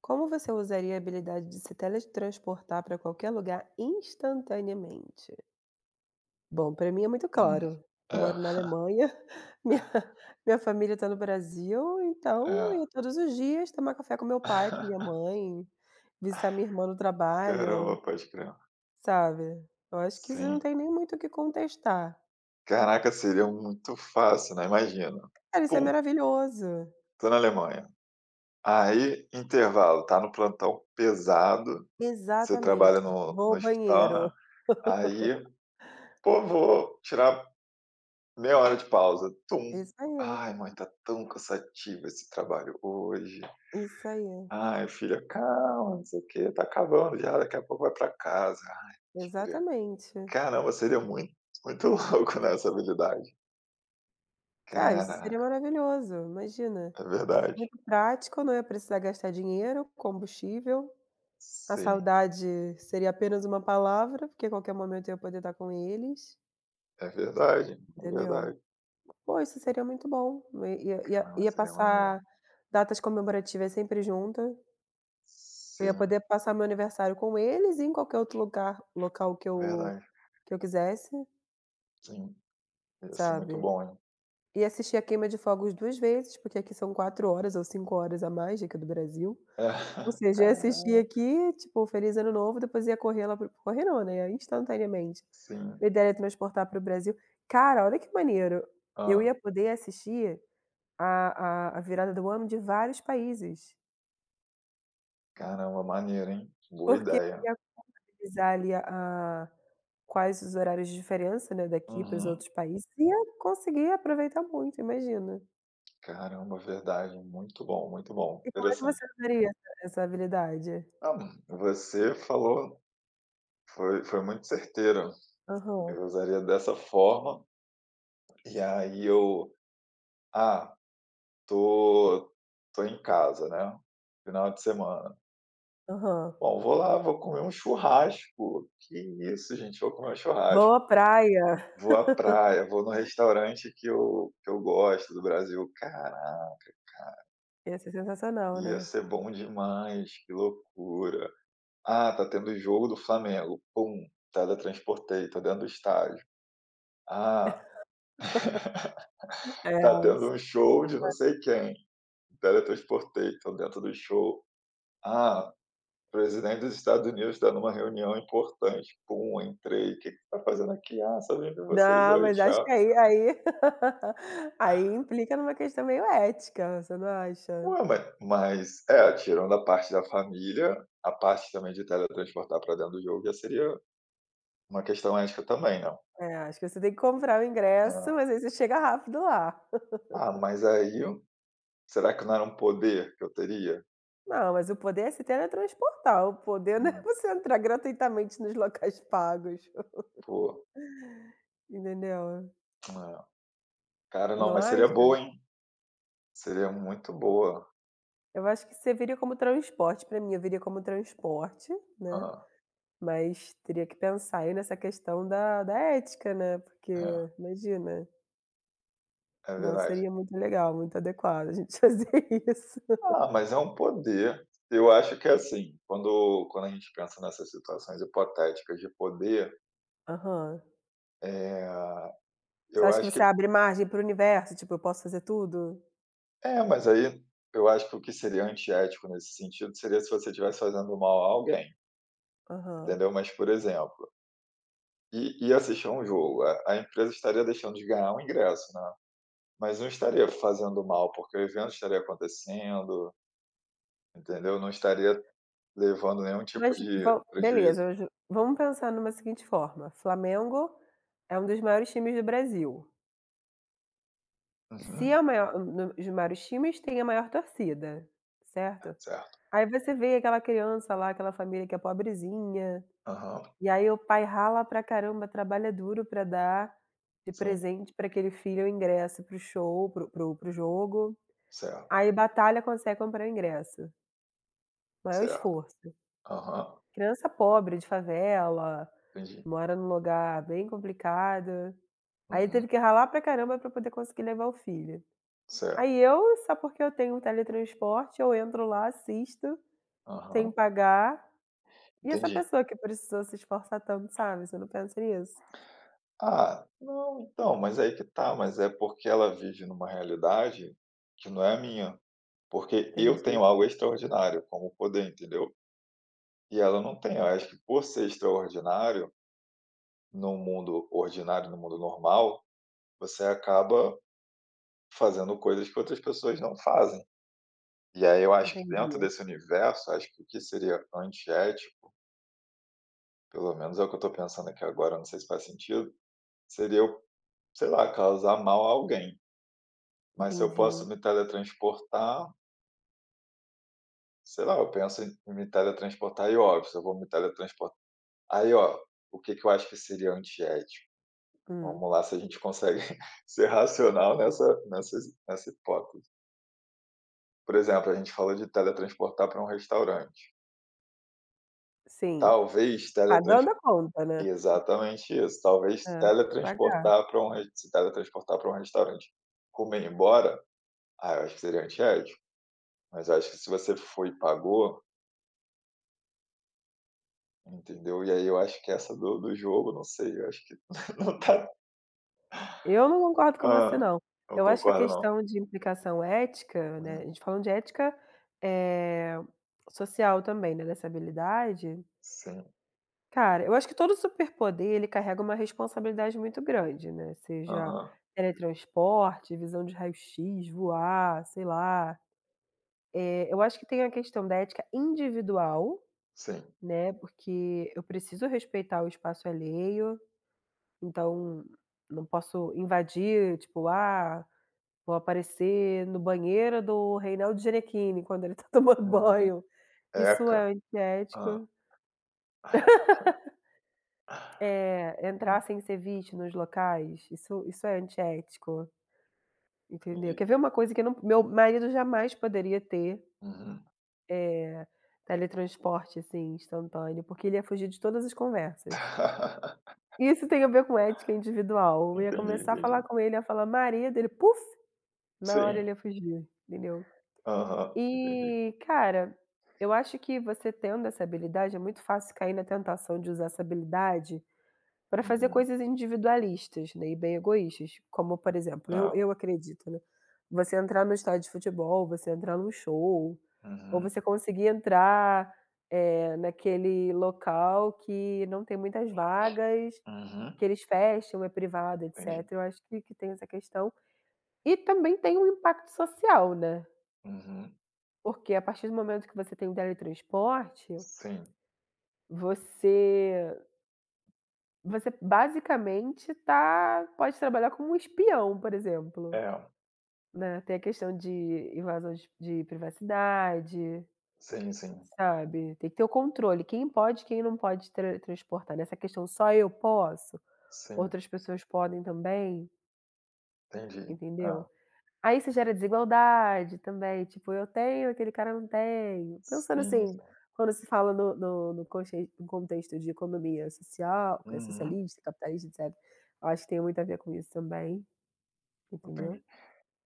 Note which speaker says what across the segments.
Speaker 1: Como você usaria a habilidade de se teletransportar para qualquer lugar instantaneamente? Bom, para mim é muito
Speaker 2: Hum.
Speaker 1: claro. Eu
Speaker 2: É.
Speaker 1: moro na Alemanha, minha minha família está no Brasil, então eu
Speaker 2: É.
Speaker 1: ia todos os dias tomar café com meu pai, com minha mãe, visitar minha irmã no trabalho,
Speaker 2: Caramba, pode crer.
Speaker 1: sabe. Eu acho que isso não
Speaker 2: Sim.
Speaker 1: tem nem muito o que contestar.
Speaker 2: Caraca, seria muito fácil, né, imagina,
Speaker 1: Cara, isso é
Speaker 2: pum,
Speaker 1: maravilhoso.
Speaker 2: tô na Alemanha, aí intervalo, tá no plantão pesado, você trabalha
Speaker 1: Exatamente.
Speaker 2: no
Speaker 1: Vou
Speaker 2: no
Speaker 1: ao
Speaker 2: hospital, né,
Speaker 1: banheiro.
Speaker 2: aí: "Pô, vou tirar meia hora de pausa", tum,
Speaker 1: Isso aí,
Speaker 2: "Ai,
Speaker 1: é,
Speaker 2: mãe, tá tão cansativo esse trabalho hoje".
Speaker 1: isso aí, é.
Speaker 2: "Ai, filha, calma, não sei o quê, tá acabando já, daqui a pouco vai pra casa".
Speaker 1: Exatamente.
Speaker 2: Caramba, seria muito louco, né, essa habilidade.
Speaker 1: Cara, isso seria
Speaker 2: Caraca,
Speaker 1: maravilhoso, imagina.
Speaker 2: é verdade.
Speaker 1: Muito prático, não ia precisar gastar dinheiro, combustível. A
Speaker 2: Sim,
Speaker 1: saudade seria apenas uma palavra, porque a qualquer momento eu ia poder estar com eles,
Speaker 2: é verdade, é
Speaker 1: entendeu.
Speaker 2: verdade.
Speaker 1: Pô, isso seria muito bom. Ia ia
Speaker 2: Caramba,
Speaker 1: ia
Speaker 2: seria
Speaker 1: passar
Speaker 2: maneiro.
Speaker 1: datas comemorativas sempre junta, eu ia
Speaker 2: Sim,
Speaker 1: poder passar meu aniversário com eles e em qualquer outro lugar local que eu
Speaker 2: verdade.
Speaker 1: que eu quisesse,
Speaker 2: Sim, ia ser muito
Speaker 1: sabe.
Speaker 2: bom, hein.
Speaker 1: E assistir a queima de fogos 2 vezes, porque aqui são 4 horas ou 5 horas a mais do que do Brasil. Ou seja, eu
Speaker 2: Caraca,
Speaker 1: ia assistir aqui, tipo, feliz ano novo, depois ia correr lá para o correr não, né, instantaneamente.
Speaker 2: sim.
Speaker 1: Minha ideia era transportar para o Brasil. Cara, olha que maneiro, eu
Speaker 2: Hã.
Speaker 1: ia poder assistir a virada do ano de vários países,
Speaker 2: Caramba, maneiro, hein. Boa
Speaker 1: porque
Speaker 2: ideia.
Speaker 1: ia contabilizar ali a quais os horários de diferença, né, daqui para os
Speaker 2: Uhum.
Speaker 1: outros países, e ia conseguir aproveitar muito, imagina.
Speaker 2: Caramba, verdade, muito bom,
Speaker 1: E como é que
Speaker 2: interessante.
Speaker 1: você usaria essa habilidade?
Speaker 2: Ah, você falou foi muito certeira.
Speaker 1: Aham,
Speaker 2: Eu usaria dessa forma, e aí ah, Tô tô em casa, né, final de semana.
Speaker 1: aham.
Speaker 2: Bom, vou lá, vou comer um churrasco. Que isso, gente, vou comer um churrasco.
Speaker 1: Vou à praia,
Speaker 2: Vou à praia, vou no restaurante que eu gosto do Brasil. Caraca,
Speaker 1: ia ser sensacional,
Speaker 2: ia
Speaker 1: né.
Speaker 2: ser bom demais, que loucura. Ah, tá tendo jogo do Flamengo. Pum, teletransportei, tô dentro do estádio. Ah, tá tendo
Speaker 1: É.
Speaker 2: um show de não sei quem. Teletransportei, tô dentro do show. Ah, Presidente dos Estados Unidos está numa reunião importante. Pum, entrei. O "Que que você tá fazendo aqui?" "Ah, só vim ver vocês.
Speaker 1: Não,
Speaker 2: Oi,
Speaker 1: mas acho
Speaker 2: tchau".
Speaker 1: que aí aí aí implica numa questão meio ética, você não acha?
Speaker 2: Ué, mas é, tirando a parte da família, a parte também de teletransportar para dentro do jogo já seria uma questão ética também, não?
Speaker 1: É, acho que você tem que comprar o ingresso,
Speaker 2: Ah,
Speaker 1: mas aí você chega rápido lá.
Speaker 2: ah, mas aí será que não era um poder que eu teria?
Speaker 1: Não, mas o poder é se teletransportar, o poder não é
Speaker 2: Hum,
Speaker 1: você entrar gratuitamente nos locais pagos,
Speaker 2: pô,
Speaker 1: entendeu?
Speaker 2: é. Cara, não,
Speaker 1: Não
Speaker 2: mas seria
Speaker 1: acha?
Speaker 2: boa, hein. Seria muito boa.
Speaker 1: Eu acho que você viria como transporte, pra mim eu viria como transporte, né,
Speaker 2: Ah,
Speaker 1: mas teria que pensar aí nessa questão da ética, né, porque imagina.
Speaker 2: é, é
Speaker 1: Não,
Speaker 2: verdade.
Speaker 1: seria muito legal, muito adequado a gente fazer isso.
Speaker 2: Ah, mas é um poder. Eu acho que é assim, quando a gente pensa nessas situações hipotéticas de poder,
Speaker 1: Aham.
Speaker 2: eh,
Speaker 1: Você
Speaker 2: eu
Speaker 1: acha que
Speaker 2: acho
Speaker 1: você
Speaker 2: que
Speaker 1: abre margem para o universo, tipo: "Eu posso fazer tudo"?
Speaker 2: é, mas aí eu acho que o que seria antiético nesse sentido seria se você estivesse fazendo mal a alguém,
Speaker 1: Aham.
Speaker 2: entendeu? Mas, por exemplo, e ir assistir a um jogo, a empresa estaria deixando de ganhar um ingresso, né, mas não estaria fazendo mal, porque o evento estaria acontecendo, entendeu? Não estaria levando nenhum tipo
Speaker 1: Mas
Speaker 2: de
Speaker 1: vam beleza,
Speaker 2: prejuízo.
Speaker 1: hoje vamos pensar numa seguinte forma: Flamengo é um dos maiores times do Brasil. Se é
Speaker 2: Uhum.
Speaker 1: o maior um dos maiores times, tem a maior torcida, certo?
Speaker 2: Certo.
Speaker 1: Aí você vê aquela criança lá, aquela família que é pobrezinha.
Speaker 2: Aham.
Speaker 1: E aí o pai rala pra caramba, trabalha duro pra dar de
Speaker 2: Sim,
Speaker 1: presente pra aquele filho o ingresso para o show, para o jogo,
Speaker 2: certo.
Speaker 1: aí batalha, consegue comprar o ingresso, maior
Speaker 2: Certo.
Speaker 1: esforço.
Speaker 2: Aham.
Speaker 1: Criança pobre de favela,
Speaker 2: Entendi.
Speaker 1: mora num lugar bem complicado, aí
Speaker 2: Uhum.
Speaker 1: teve que ralar pra caramba pra poder conseguir levar o filho.
Speaker 2: Certo.
Speaker 1: Aí eu, só porque eu tenho um teletransporte, eu entro lá, assisto, sem
Speaker 2: Aham.
Speaker 1: pagar, e essa
Speaker 2: Entendi.
Speaker 1: pessoa que precisou se esforçar tanto, sabe, você não pensa nisso?
Speaker 2: Ah, não, então, mas é aí que tá, mas é porque ela vive numa realidade que não é a minha, porque eu
Speaker 1: Entendi,
Speaker 2: tenho algo extraordinário como poder, entendeu? E ela não tem. Eu acho que por ser extraordinário, num mundo ordinário, no mundo normal, você acaba fazendo coisas que outras pessoas não fazem. E aí eu acho que
Speaker 1: entendi.
Speaker 2: dentro desse universo, acho que o que seria antiético, pelo menos é o que eu tô pensando aqui agora, não sei se faz sentido, seria eu, sei lá, causar mal a alguém, mas se eu
Speaker 1: Entendi.
Speaker 2: posso me teletransportar, sei lá, eu penso em me teletransportar e óbvio, se eu vou me teletransportar aí ó, o que que eu acho que seria antiético?
Speaker 1: Hum,
Speaker 2: Vamos lá se a gente consegue ser racional nessa hipótese. Por exemplo, a gente falou de teletransportar para um restaurante.
Speaker 1: sim.
Speaker 2: Talvez
Speaker 1: Ah,
Speaker 2: teletrans
Speaker 1: dando a conta, né.
Speaker 2: exatamente isso, talvez
Speaker 1: É, pagar.
Speaker 2: teletransportar para um res se teletransportar para um restaurante, comer e ir embora, ah, eu acho que seria antiético. Mas acho que se você foi e pagou, entendeu? E aí eu acho que essa do jogo, não sei, eu acho que não tá
Speaker 1: Eu não concordo com você
Speaker 2: hã.
Speaker 1: não.
Speaker 2: Não
Speaker 1: Eu acho que a
Speaker 2: concordo não?
Speaker 1: questão de implicação ética, né,
Speaker 2: Hum,
Speaker 1: a gente falando de ética, eh, social também, né, dessa habilidade,
Speaker 2: sim.
Speaker 1: cara, eu acho que todo superpoder ele carrega uma responsabilidade muito grande, né, seja
Speaker 2: Aham,
Speaker 1: teletransporte, visão de raio-x, voar, sei lá. Eu acho que tem a questão da ética individual,
Speaker 2: sim.
Speaker 1: né, porque eu preciso respeitar o espaço alheio. Então, não posso invadir, tipo, vou aparecer no banheiro do Reinaldo Ginequini quando ele tá tomando
Speaker 2: Uhum.
Speaker 1: banho. Isso
Speaker 2: Eca.
Speaker 1: é
Speaker 2: Hã.
Speaker 1: antiético. É, entrar
Speaker 2: Hum,
Speaker 1: sem ser visto nos locais, isso é antiético, entendeu.
Speaker 2: entendi.
Speaker 1: Quer ver uma coisa que eu não meu marido jamais poderia ter,
Speaker 2: Uhum.
Speaker 1: eh, teletransporte, assim, instantâneo, porque ele ia fugir de todas as conversas. Isso tem a ver com ética individual. Eu ia
Speaker 2: Entendi,
Speaker 1: começar a falar
Speaker 2: entendi.
Speaker 1: com ele, ia falar: "Marido", ele: "Puf". Na hora
Speaker 2: Sim.
Speaker 1: ele ia fugir, entendeu.
Speaker 2: Aham, entendi.
Speaker 1: E, cara, eu acho que você tendo essa habilidade é muito fácil cair na tentação de usar essa habilidade para fazer
Speaker 2: Uhum.
Speaker 1: coisas individualistas, né, e bem egoístas, como, por exemplo, eu
Speaker 2: Ah.
Speaker 1: eu acredito, né, você entrar no estádio de futebol, você entrar num show, ou
Speaker 2: Uhum,
Speaker 1: você conseguir entrar, naquele local que não tem muitas vagas,
Speaker 2: uhum.
Speaker 1: que eles fecham, é privado,
Speaker 2: Entendi.
Speaker 1: etc. Eu acho que tem essa questão. E também tem um impacto social, né.
Speaker 2: Uhum.
Speaker 1: Porque a partir do momento que você tem o teletransporte,
Speaker 2: Sim.
Speaker 1: você você basicamente tá pode trabalhar como um espião, por exemplo,
Speaker 2: É.
Speaker 1: né. Tem a questão de invasão de privacidade,
Speaker 2: Sim, sim.
Speaker 1: sabe. Tem que ter o controle, quem pode e quem não pode teletransportar, nessa questão só eu posso,
Speaker 2: Sim,
Speaker 1: outras pessoas podem também,
Speaker 2: entendi. Ah,
Speaker 1: entendeu. Aí isso gera desigualdade também, tipo, eu tenho, aquele cara não tem. Pensando
Speaker 2: sim,
Speaker 1: assim,
Speaker 2: sim.
Speaker 1: quando se fala no contexto de economia social,
Speaker 2: Uhum.
Speaker 1: socialista, capitalista, etc. Eu acho que tem muito a ver com isso também, entendeu.
Speaker 2: Entendi.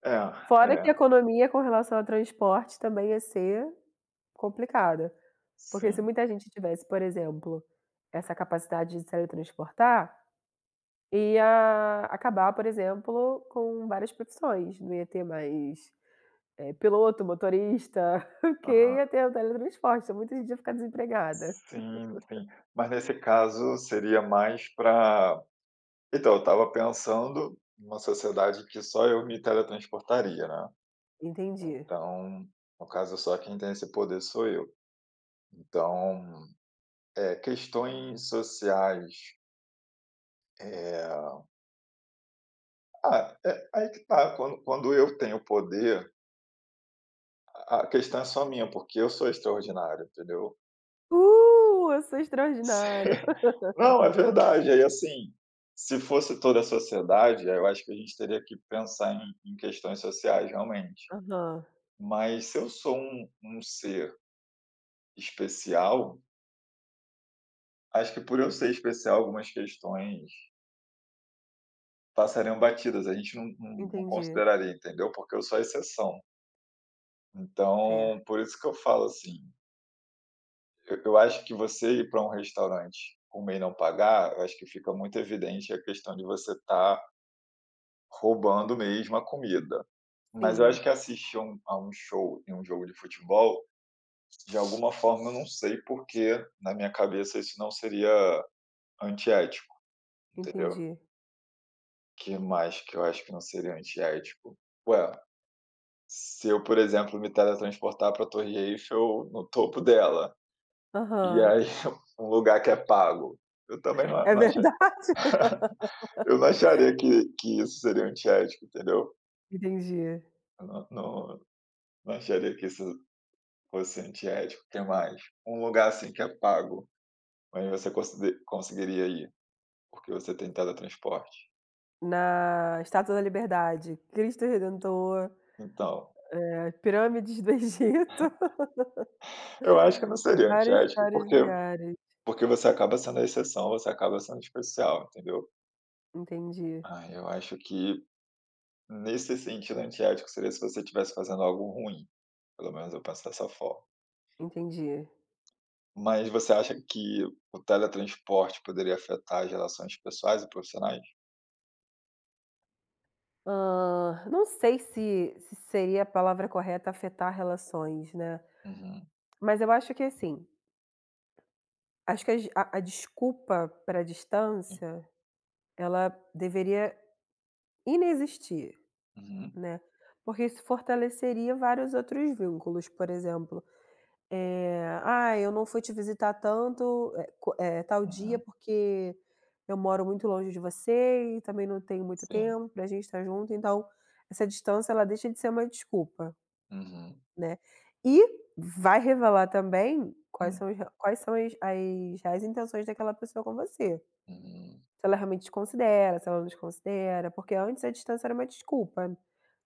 Speaker 2: É,
Speaker 1: Fora que a
Speaker 2: é,
Speaker 1: economia com relação ao transporte também ia ser complicada, porque
Speaker 2: sim.
Speaker 1: se muita gente tivesse, por exemplo, essa capacidade de se teletransportar, ia acabar, por exemplo, com várias profissões, não ia ter mais. Piloto, motorista, porque
Speaker 2: Aham.
Speaker 1: ia ter o teletransporte, então muita gente ia ficar desempregada.
Speaker 2: Sim, sim. Mas nesse caso seria mais para. Então, eu estava pensando numa sociedade que só eu me teletransportaria, né.
Speaker 1: Entendi.
Speaker 2: Então, no caso, só quem tem esse poder sou eu. Então, questões sociais, eh é aí que tá, quando eu tenho poder, a questão é só minha, porque eu sou extraordinário, entendeu?
Speaker 1: Eu sou extraordinário".
Speaker 2: Não, é verdade. Aí, assim, se fosse toda a sociedade, aí eu acho que a gente teria que pensar em questões sociais, realmente.
Speaker 1: Aham,
Speaker 2: Mas se eu sou um ser especial, acho que por eu ser especial, algumas questões passariam batidas, a gente não
Speaker 1: entendi.
Speaker 2: consideraria, entendeu, porque eu sou a exceção.
Speaker 1: Certo.
Speaker 2: Então, por isso que eu falo assim, eu acho que você ir para um restaurante comer e não pagar, eu acho que fica muito evidente a questão de você estar roubando mesmo a comida. Mas eu
Speaker 1: Sim,
Speaker 2: acho que assistir a um show em um jogo de futebol, de alguma forma, eu não sei porque, na minha cabeça, isso não seria antiético, entendeu.
Speaker 1: entendi.
Speaker 2: Que mais que eu acho que não seria antiético? Ué, se eu, por exemplo, me teletransportar pra Torre Eiffel, no topo dela, e
Speaker 1: Aham.
Speaker 2: aí um lugar que é pago, eu também não
Speaker 1: É
Speaker 2: não acha
Speaker 1: verdade.
Speaker 2: eu não acharia que isso seria antiético, entendeu.
Speaker 1: Entendi.
Speaker 2: Eu não acharia que isso fosse antiético. O que mais? Um lugar, assim, que é pago. Mas você consider conseguiria ir, porque você tem teletransporte?
Speaker 1: Na Estátua da Liberdade, Cristo Redentor,
Speaker 2: Então,
Speaker 1: pirâmides do Egito,
Speaker 2: eu acho que não seria
Speaker 1: vários,
Speaker 2: antiético,
Speaker 1: vários
Speaker 2: porque
Speaker 1: lugares.
Speaker 2: porque você acaba sendo a exceção, você acaba sendo especial, entendeu?
Speaker 1: Entendi,
Speaker 2: Eu acho que nesse sentido antiético seria se você estivesse fazendo algo ruim, pelo menos eu penso dessa forma.
Speaker 1: entendi.
Speaker 2: Mas você acha que o teletransporte poderia afetar as relações pessoais e profissionais?
Speaker 1: Hã, não sei se seria a palavra correta afetar relações, né,
Speaker 2: Uhum,
Speaker 1: mas eu acho que assim, acho que as a desculpa para a distância, ela deveria inexistir,
Speaker 2: uhum,
Speaker 1: né, porque isso fortaleceria vários outros vínculos, por exemplo, "Ah, eu não fui te visitar tanto, tal dia
Speaker 2: uhum,
Speaker 1: porque eu moro muito longe de você e também não tenho muito
Speaker 2: sim,
Speaker 1: tempo para a gente estar junto", então essa distância ela deixa de ser uma desculpa.
Speaker 2: uhum,
Speaker 1: Né. E vai revelar também quais
Speaker 2: hum,
Speaker 1: são os re quais são as as reais intenções daquela pessoa com você.
Speaker 2: uhum,
Speaker 1: Se ela realmente te considera, se ela não te considera, porque antes a distância era uma desculpa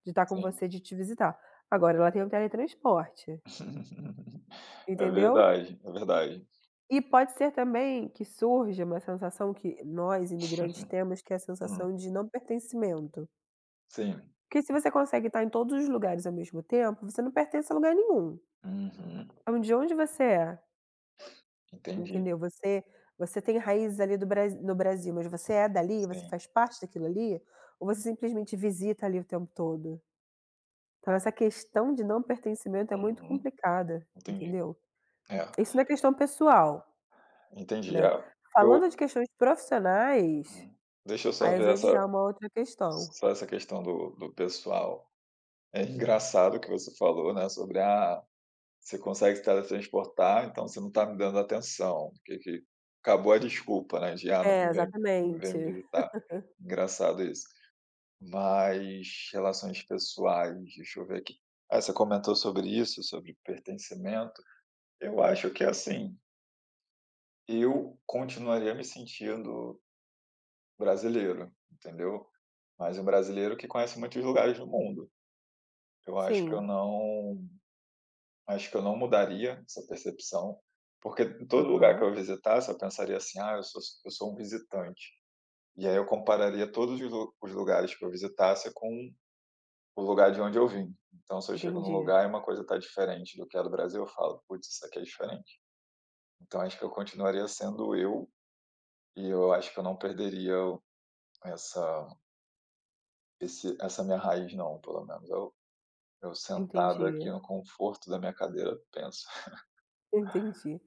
Speaker 1: de estar com
Speaker 2: sim.
Speaker 1: você, de te visitar. Agora ela tem o teletransporte,
Speaker 2: É
Speaker 1: entendeu?
Speaker 2: verdade, é verdade.
Speaker 1: E pode ser também que surja uma sensação que nós imigrantes
Speaker 2: Uhum.
Speaker 1: temos, que é a
Speaker 2: Hum,
Speaker 1: sensação de não pertencimento.
Speaker 2: sim.
Speaker 1: Porque se você consegue estar em todos os lugares ao mesmo tempo, você não pertence a lugar nenhum.
Speaker 2: Uhum.
Speaker 1: Então de onde você é?
Speaker 2: Entendi.
Speaker 1: Entendeu? Você você tem raízes ali do Bra no Brasil, mas você é dali, você
Speaker 2: Sim.
Speaker 1: faz parte daquilo ali, ou você simplesmente visita ali o tempo todo? Então essa questão de não pertencimento é muito
Speaker 2: Uhum.
Speaker 1: complicada,
Speaker 2: Entendi.
Speaker 1: entendeu?
Speaker 2: É,
Speaker 1: Isso na questão pessoal,
Speaker 2: entendi. É,
Speaker 1: né.
Speaker 2: eu
Speaker 1: Falando de questões profissionais,
Speaker 2: hum. Deixa eu só
Speaker 1: aí eu
Speaker 2: ver essa
Speaker 1: vejo já uma outra questão.
Speaker 2: só essa questão do pessoal. É engraçado o que você falou, né, sobre: "Ah, você consegue se teletransportar, então você não está me dando atenção", que acabou a desculpa, né, de: "Ah,
Speaker 1: É,
Speaker 2: não vem
Speaker 1: exatamente.
Speaker 2: me visitar". Engraçado isso. Mas relações pessoais, deixa eu ver aqui. Ah, você comentou sobre isso, sobre pertencimento. Eu acho que, assim, eu continuaria me sentindo brasileiro, entendeu? Mas um brasileiro que conhece muitos lugares do mundo. Eu acho que eu
Speaker 1: Sim.
Speaker 2: não acho que eu não mudaria essa percepção, porque em todo lugar que
Speaker 1: Aham.
Speaker 2: eu visitasse, eu pensaria assim: "Ah, eu sou um visitante". E aí eu compararia todos os lugares que eu visitasse com o lugar de onde eu vim. Então, se eu chego num
Speaker 1: Entendi,
Speaker 2: lugar e uma coisa está diferente do que é do Brasil, eu falo: "Putz, isso aqui é diferente". Então acho que eu continuaria sendo eu, e eu acho que eu não perderia Essa essa minha raiz não, pelo menos eu sentado aqui
Speaker 1: entendi,
Speaker 2: no conforto da minha cadeira penso.
Speaker 1: entendi.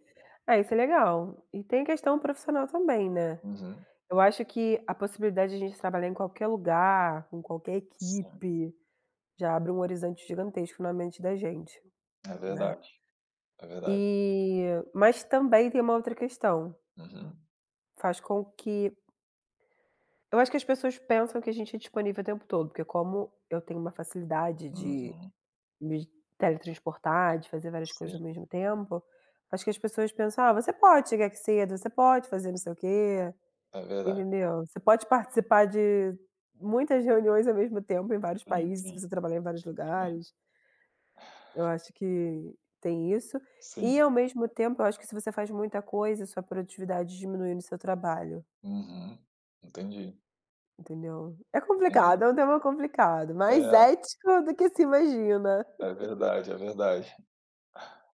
Speaker 1: Ah, isso é legal. E tem a questão profissional também, né.
Speaker 2: Uhum,
Speaker 1: Eu acho que a possibilidade de a gente trabalhar em qualquer lugar, com qualquer
Speaker 2: sim,
Speaker 1: equipe, já abre um horizonte gigantesco na mente da gente,
Speaker 2: é
Speaker 1: né.
Speaker 2: verdade, é verdade.
Speaker 1: E mas também tem uma outra questão,
Speaker 2: Uhum,
Speaker 1: faz com que eu acho que as pessoas pensam que a gente é disponível o tempo todo, porque como eu tenho uma facilidade de
Speaker 2: uhum,
Speaker 1: me teletransportar, de fazer várias coisas ao
Speaker 2: sim,
Speaker 1: mesmo tempo, acho que as pessoas pensam: "Ah, você pode chegar aqui cedo, você pode fazer não sei o quê".
Speaker 2: é verdade.
Speaker 1: Entendeu? Você pode participar de muitas reuniões ao mesmo tempo em vários
Speaker 2: Sim,
Speaker 1: países, se
Speaker 2: sim,
Speaker 1: você trabalhar em vários lugares. Eu acho que tem isso.
Speaker 2: sim.
Speaker 1: E ao mesmo tempo, eu acho que se você faz muita coisa, sua produtividade diminui no seu trabalho,
Speaker 2: Uhum, entendi,
Speaker 1: entendeu? É
Speaker 2: entendi.
Speaker 1: complicado, é um tema complicado,
Speaker 2: É,
Speaker 1: mais
Speaker 2: é
Speaker 1: ético do que se imagina.
Speaker 2: verdade, é verdade.